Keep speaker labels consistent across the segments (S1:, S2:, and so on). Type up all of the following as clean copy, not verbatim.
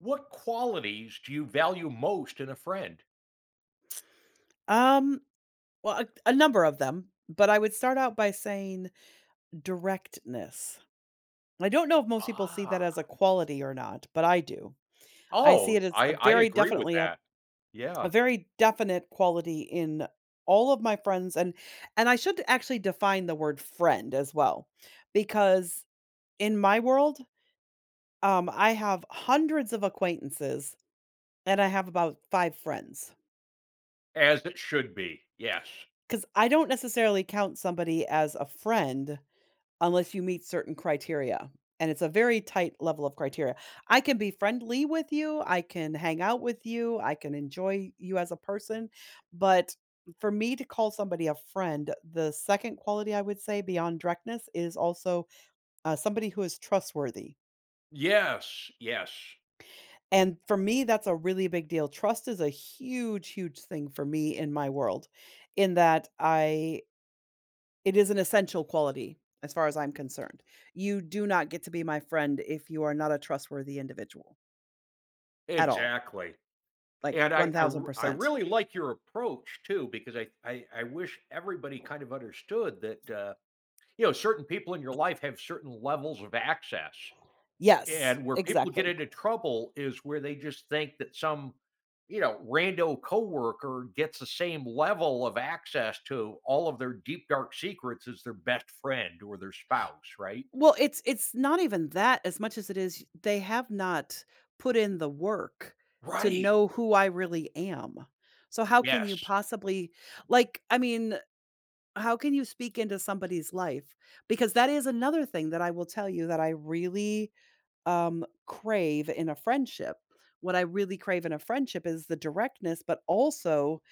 S1: What qualities do you value most in a friend?
S2: Um, a number of them, but I would start out by saying directness. I don't know if most people see that
S1: Ah,
S2: as a quality or not, but I do. I see it
S1: oh,
S2: as
S1: I I agree with that.
S2: a
S1: Yeah,
S2: very definite quality in all of my friends, and I should actually define the word friend as well because in my world, I have hundreds of acquaintances and I have about 5 friends.
S1: as it should be. Yes.
S2: Cuz I don't necessarily count somebody as a friend unless you meet certain criteria, and it's a very tight level of criteria. I can be friendly with you, I can hang out with you, I can enjoy you as a person, but for me to call somebody a friend, the second quality I would say beyond directness is also somebody who is trustworthy,
S1: Yes, yes,
S2: and for me, that's a really big deal. Trust is a huge, huge thing for me in my world in that I It is an essential quality as far as I'm concerned. You do not get to be my friend if you are not a trustworthy individual at all,
S1: exactly.
S2: like
S1: And I
S2: 1000%.
S1: really like your approach too because I wish everybody kind of understood that, you know, certain people in your life have certain levels of access.
S2: Yes,
S1: And where people get
S2: exactly.
S1: into trouble is where they just think that some, you know, rando coworker gets the same level of access to all of their deep, dark secrets as their best friend or their spouse, right?
S2: Well, it's not even that as much as it is they have not put in the work to
S1: Right.
S2: know who I really am. So how can you
S1: Yes.
S2: possibly like I mean, how can you speak into somebody's life? Because that is another thing that I will tell you that I really crave in a friendship. What I really crave in a friendship is the directness, but also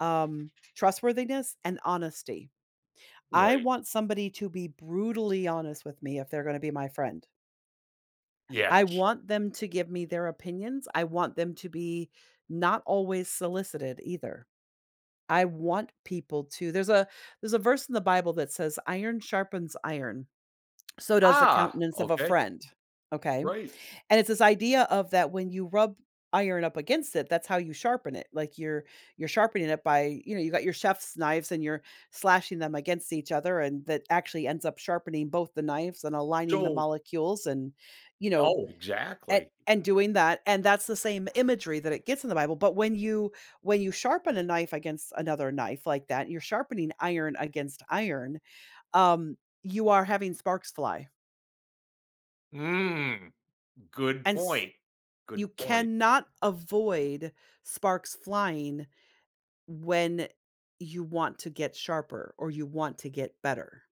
S2: um, trustworthiness and honesty. I
S1: Right.
S2: want somebody to be brutally honest with me if they're going to be my friend. I
S1: Yes.
S2: want them to give me their opinions. I want them to be not always solicited either. I want people to there's a verse in the Bible that says iron sharpens iron. So does the
S1: Ah,
S2: countenance of a
S1: okay.
S2: friend. Okay.
S1: Right.
S2: And it's this idea of that when you rub iron up against it, that's how you sharpen it. Like you're sharpening it by, you know, you got your chef's knives and you're slashing them against each other and that actually ends up sharpening both the knives and aligning the
S1: So
S2: molecules and you know,
S1: oh,
S2: and
S1: exactly.
S2: and doing that. And that's the same imagery that it gets in the Bible. But when you sharpen a knife against another knife like that, you're sharpening iron against iron, um, you are having sparks fly.
S1: Mm, good
S2: And
S1: point.
S2: you
S1: Good point.
S2: cannot avoid sparks flying when you want to get sharper or you want to get better.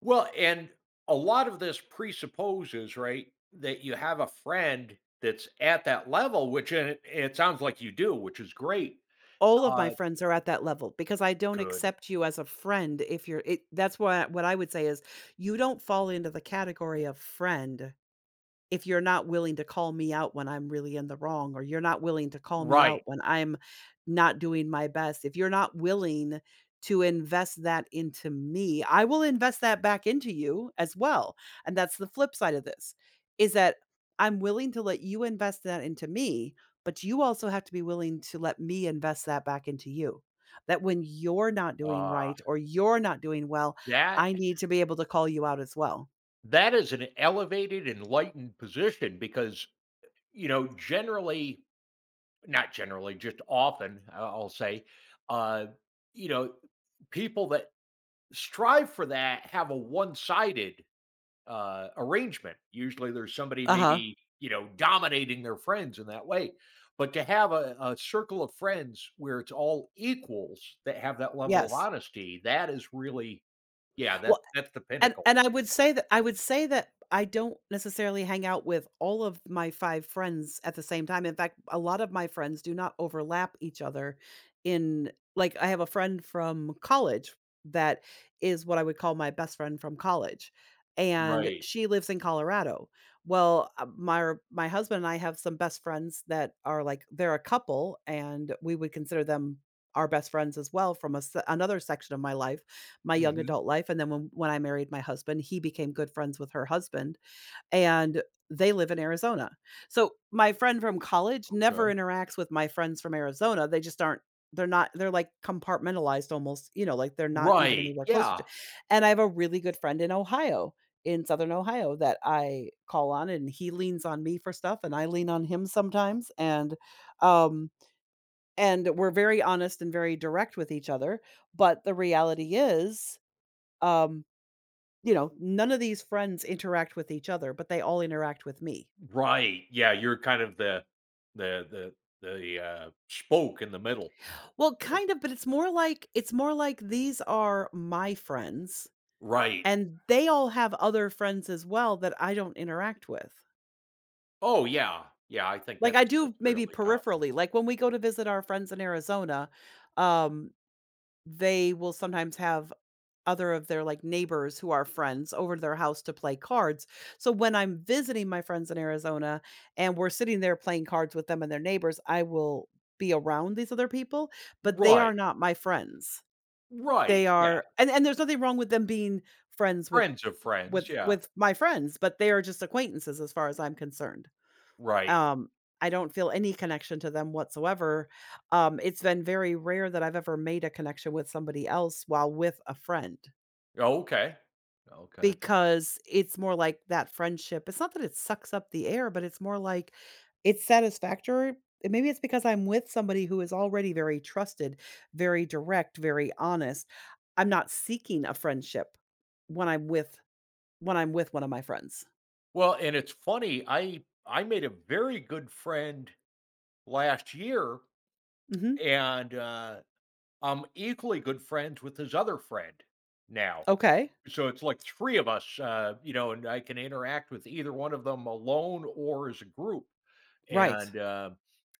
S1: Well, and a lot of this presupposes, right, that you have a friend that's at that level, which it sounds like you do, which is great.
S2: All of my
S1: Uh,
S2: friends are at that level because I don't
S1: good.
S2: accept you as a friend if that's why what I would say is you don't fall into the category of friend if you're not willing to call me out when I'm really in the wrong, or you're not willing to call me out
S1: Right.
S2: when I'm not doing my best, if you're not willing to invest that into me, I will invest that back into you as well. And that's the flip side of this is that I'm willing to let you invest that into me, but you also have to be willing to let me invest that back into you. That when you're not doing
S1: Uh,
S2: right or you're not doing well,
S1: that
S2: I need to be able to call you out as well.
S1: that is an elevated, enlightened position because, you know, generally, not generally, just often, I'll say, uh, you know, people that strive for that have a one-sided arrangement. Usually there's somebody
S2: Uh huh.
S1: maybe, you know, dominating their friends in that way. But to have a circle of friends where it's all equals that have that level of
S2: Yes.
S1: honesty, that is really, yeah, that
S2: Well,
S1: that's the
S2: And
S1: pinnacle.
S2: and I would say that I don't necessarily hang out with all of my 5 friends at the same time. In fact, a lot of my friends do not overlap each other in like, I have a friend from college that is what I would call my best friend from college, and
S1: Right.
S2: she lives in Colorado. Well, my husband and I have some best friends that are, like, they're a couple, and we would consider them our best friends as well from a s another section of my life, my young
S1: Hmm.
S2: adult life, and then when I married my husband, he became good friends with her husband, and they live in Arizona. So, my friend from college
S1: Okay.
S2: never interacts with my friends from Arizona, they just aren't they're not they're, like, compartmentalized almost, you know, like, they're not even
S1: Right.
S2: anywhere close
S1: Yeah.
S2: to and I have a really good friend in Ohio, in Southern Ohio, that I call on, and he leans on me for stuff, and I lean on him sometimes, um and we're very honest and very direct with each other, but the reality is um, you know, none of these friends interact with each other, but they all interact with me.
S1: Right. Yeah. You're kind of the the spoke in the middle.
S2: Well,
S1: Right.
S2: kind of, but it's more like these are my friends
S1: Right.
S2: and they all have other friends as well that I don't interact with.
S1: Oh yeah. Yeah. I think
S2: Like I do
S1: that's
S2: maybe
S1: fairly common.
S2: peripherally. Like when we go to visit our friends in Arizona, um, they will sometimes have other of their like neighbors who are friends over to their house to play cards. So when I'm visiting my friends in Arizona and we're sitting there playing cards with them and their neighbors, I will be around these other people, but they
S1: Right.
S2: are not my friends. They
S1: Right. Yeah.
S2: are and There's nothing wrong with them being friends with
S1: Friends of friends.
S2: with
S1: Yeah.
S2: with my friends, but they are just acquaintances as far as I'm concerned.
S1: Right.
S2: Um I don't feel any connection to them whatsoever. It's been very rare that I've ever made a connection with somebody else while with a friend.
S1: Okay. Okay.
S2: Because it's more like that friendship it's not that it sucks up the air, but it's more like it's satisfactory and maybe it's because I'm with somebody who is already very trusted, very direct, very honest. I'm not seeking a friendship when I'm with when I'm with one of my friends.
S1: Well, and it's funny, I made a very good friend last year,
S2: Mhm.
S1: and, I'm equally good friends with his other friend now.
S2: Okay.
S1: So it's like 3 of us, you know, and I can interact with either one of them alone or as a group.
S2: Right.
S1: And,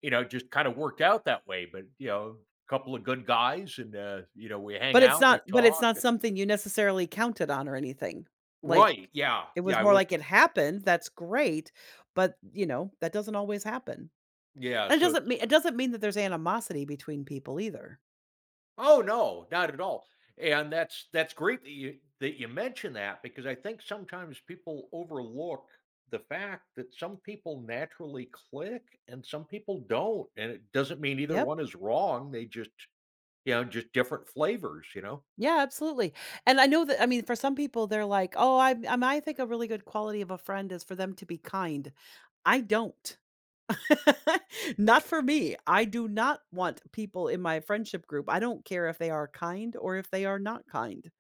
S1: you know, it just kinda worked out that way, but, you know, a couple of good guys and, you know, we hang
S2: But it's
S1: out, we
S2: not but it's
S1: talk,
S2: not
S1: and
S2: something you necessarily counted on or anything. Like,
S1: right, yeah,
S2: it
S1: yeah,
S2: was
S1: I
S2: more like
S1: wasn't.
S2: it happened, that's great, but, you know, that doesn't always happen.
S1: Yeah,
S2: And it
S1: so
S2: doesn't mean it doesn't mean that there's animosity between people either.
S1: oh no, not at all. And that's great that you mention that because I think sometimes people overlook the fact that some people naturally click and some people don't. And it doesn't mean either
S2: Yep.
S1: one is wrong. They just, you know, just different flavors, you know.
S2: Yeah, absolutely. And I know that I mean, for some people, they're like, "Oh, I think a really good quality of a friend is for them to be kind." I don't. Not for me. I do not want people in my friendship group I don't care if they are kind or if they are not kind.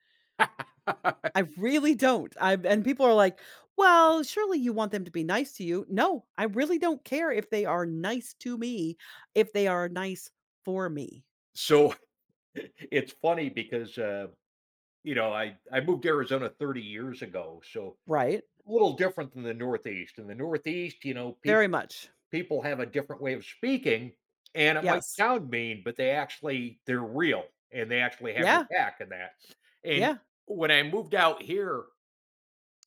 S2: I really don't. I and people are like, "Well, surely you want them to be nice to you." No, I really don't care if they are nice to me, if they are nice for me,
S1: So it's funny because you know, I moved to Arizona 30 years ago, so
S2: right?
S1: a little different than the Northeast. In the Northeast, you know, people
S2: Very much.
S1: people have a different way of speaking, and it might
S2: Yes.
S1: sound mean, but they actually they're real and they actually have your
S2: Yeah.
S1: back in that. And
S2: Yeah.
S1: when I moved out here,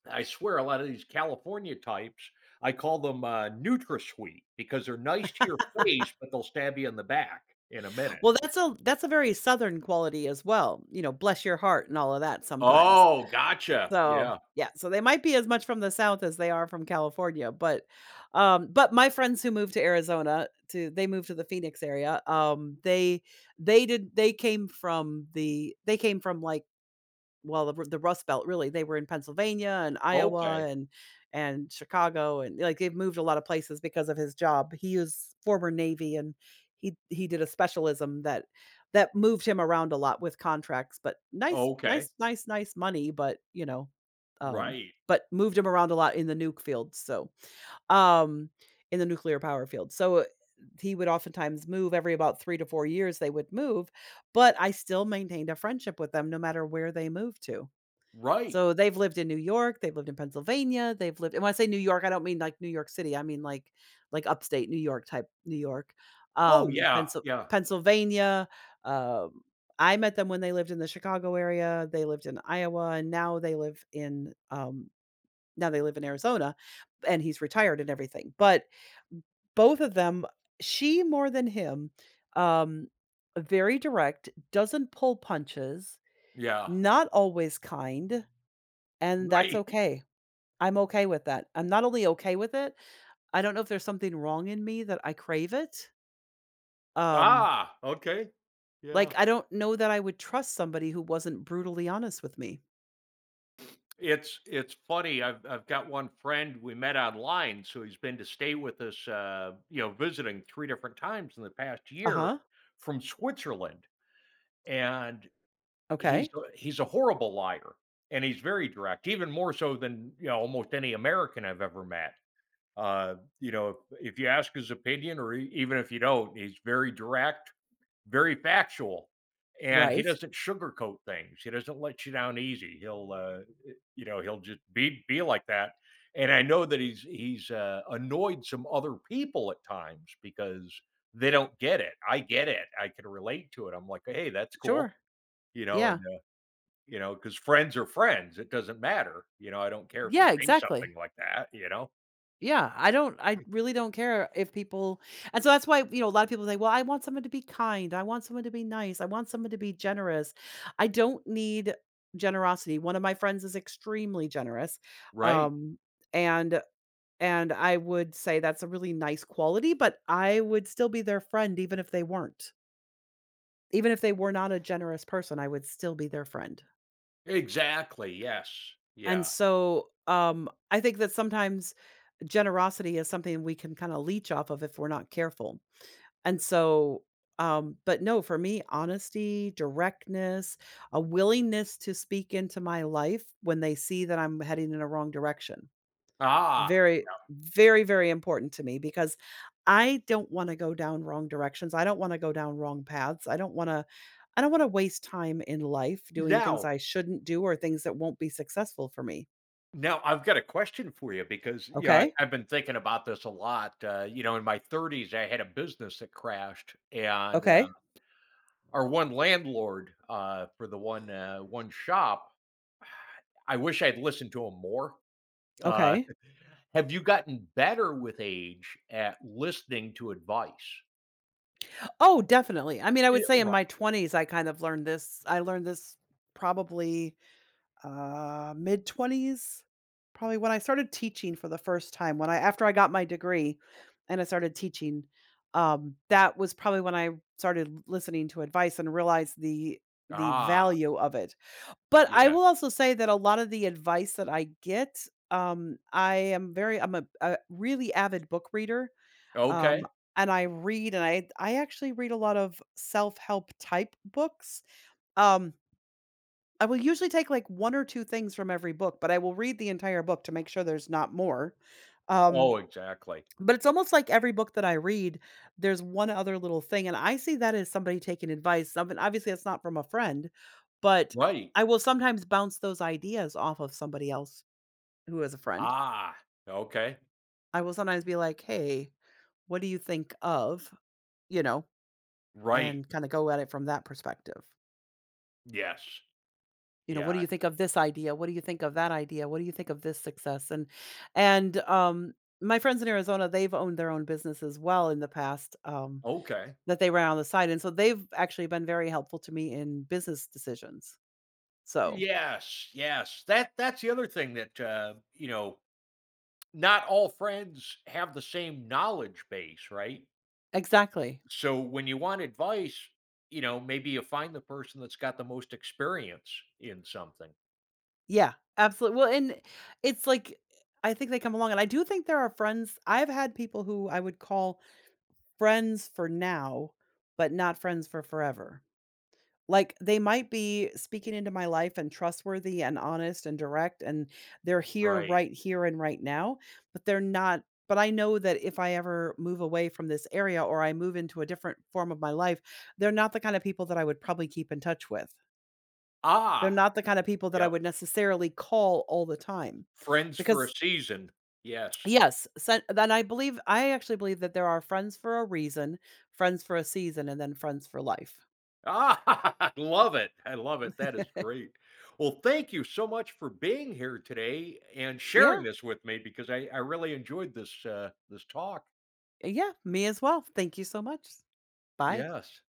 S1: I swear a lot of these California types, I call them NutraSweet because they're nice to your face, but they'll stab you in the back in a minute.
S2: Well, that's a very southern quality as well, you know, bless your heart and all of that sometimes.
S1: Oh, gotcha.
S2: So,
S1: Yeah.
S2: yeah, so they might be as much from the South as they are from California, but my friends who moved to Arizona to they moved to the Phoenix area, they came from like, well, the Rust Belt, really, they were in Pennsylvania and Iowa
S1: Okay.
S2: and Chicago, and, like, they've moved a lot of places because of his job. He is former Navy, and he did a specialism that moved him around a lot with contracts, but nice
S1: Okay.
S2: nice nice nice money, but, you know, um,
S1: Right.
S2: but moved him around a lot in the nuke field, so um, in the nuclear power field. So, he would oftentimes move every about 3 to 4 years, they would move, but I still maintained a friendship with them no matter where they moved to.
S1: Right.
S2: So, they've lived in New York, they've lived in Pennsylvania, they've lived and when I say New York, I don't mean like New York City, I mean like upstate New York type New York,
S1: Oh, yeah.
S2: Pensil
S1: Yeah.
S2: Pennsylvania, um, I met them when they lived in the Chicago area, they lived in Iowa, and now they live in, Arizona, and he's retired and everything, but both of them she more than him, um, very direct, doesn't pull punches,
S1: Yeah.
S2: not always kind, and that's
S1: Right.
S2: okay. I'm okay with that. I'm not only okay with it, I don't know if there's something wrong in me that I crave it. Um,
S1: Ah, okay.
S2: like,
S1: Yeah.
S2: I don't know that I would trust somebody who wasn't brutally honest with me.
S1: It's funny, I've got one friend we met online, so he's been to stay with us, you know, visiting 3 different times in the past year
S2: Uh-huh.
S1: from Switzerland, and he's
S2: Okay.
S1: a horrible liar, and he's very direct, even more so than, you know, almost any American I've ever met. You know, if you ask his opinion or e even if you don't, he's very direct, very factual, and he
S2: Right.
S1: doesn't sugarcoat things. He doesn't let you down easy. You know, he'll just be like that. And I know that he's annoyed some other people at times because they don't get it. I get it. I can relate to it. I'm like, "Hey, that's cool,"
S2: Sure.
S1: you know, and,
S2: Yeah.
S1: you know, because friends are friends. It doesn't matter. You know, I don't care if you
S2: Yeah,
S1: say
S2: exactly.
S1: something like that, you know?
S2: Yeah, I really don't care if people and so that's why, you know, a lot of people say, "Well, I want someone to be kind. I want someone to be nice. I want someone to be generous." I don't need generosity. One of my friends is extremely generous.
S1: Right.
S2: Um and and I would say that's a really nice quality, but I would still be their friend even if they weren't. Even if they were not a generous person, I would still be their friend.
S1: Exactly, yes.
S2: And
S1: Yeah.
S2: so, I think that sometimes generosity is something we can kind of leech off of if we're not careful. And so, but no, for me, honesty, directness, a willingness to speak into my life when they see that I'm heading in a wrong direction.
S1: Ah,
S2: Very,
S1: yeah.
S2: very, very important to me because I don't want to go down wrong directions. I don't want to go down wrong paths. I don't want to waste time in life doing things
S1: Now
S2: I shouldn't do or things that won't be successful for me.
S1: Now, I've got a question for you because, you know, I,
S2: Okay.
S1: I've been thinking about this a lot. You know, in my 30s, I had a business that crashed, and
S2: Okay.
S1: our one landlord for the one one shop. I wish I'd listened to him more. Uh,
S2: Okay.
S1: have you gotten better with age at listening to advice?
S2: Oh, definitely. I mean, I would
S1: Yeah,
S2: say in
S1: right.
S2: my 20s, I kind of learned this. I learned this probably, mid-20s, probably when I started teaching for the first time, when I after I got my degree and I started teaching, that was probably when I started listening to advice and realized the
S1: Ah,
S2: value of it. But I
S1: yeah.
S2: will also say that a lot of the advice that I get, I am very I'm a really avid book reader. Um,
S1: Okay.
S2: and I read and I actually read a lot of self-help type books. Um, I will usually take like one or two things from every book, but I will read the entire book to make sure there's not more. Um,
S1: Oh, exactly.
S2: but it's almost like every book that I read, there's one other little thing, and I see that as somebody taking advice. Something obviously, that's not from a friend, but
S1: Right.
S2: I will sometimes bounce those ideas off of somebody else who is a friend.
S1: Ah, okay.
S2: I will sometimes be like, "Hey, what do you think of?" You know,
S1: Right.
S2: and kinda go at it from that perspective.
S1: Yes.
S2: You know, what
S1: Yeah.
S2: do you think of this idea? What do you think of that idea? What do you think of this success? And my friends in Arizona, they've owned their own business as well in the past,
S1: Okay.
S2: that they ran on the side. And so they've actually been very helpful to me in business decisions. So,
S1: Yes, yes. That that's the other thing that, you know, not all friends have the same knowledge base, right?
S2: exactly.
S1: So when you want advice, you know, maybe you find the person that's got the most experience in something.
S2: Yeah, absolutely. Well, and it's like I think they come along and I do think there are friends. I've had people who I would call friends for now, but not friends for forever. Like, they might be speaking into my life and trustworthy and honest and direct, and they're here,
S1: Right.
S2: right here and right now, but they're not, but I know that if I ever move away from this area or I move into a different form of my life, they're not the kind of people that I would probably keep in touch with. They're
S1: Ah,
S2: not the kind of people that I
S1: yep.
S2: would necessarily call all the time
S1: Friends for a
S2: because
S1: season. Yes.
S2: yes, sen then I actually believe that there are friends for a reason, friends for a season, and then friends for life.
S1: Ah, I love it. I love it. That is great. Well, thank you so much for being here today and
S2: Yeah.
S1: sharing this with me because I really enjoyed this this talk.
S2: Yeah, me as well. Thank you so much. Bye.
S1: Yes.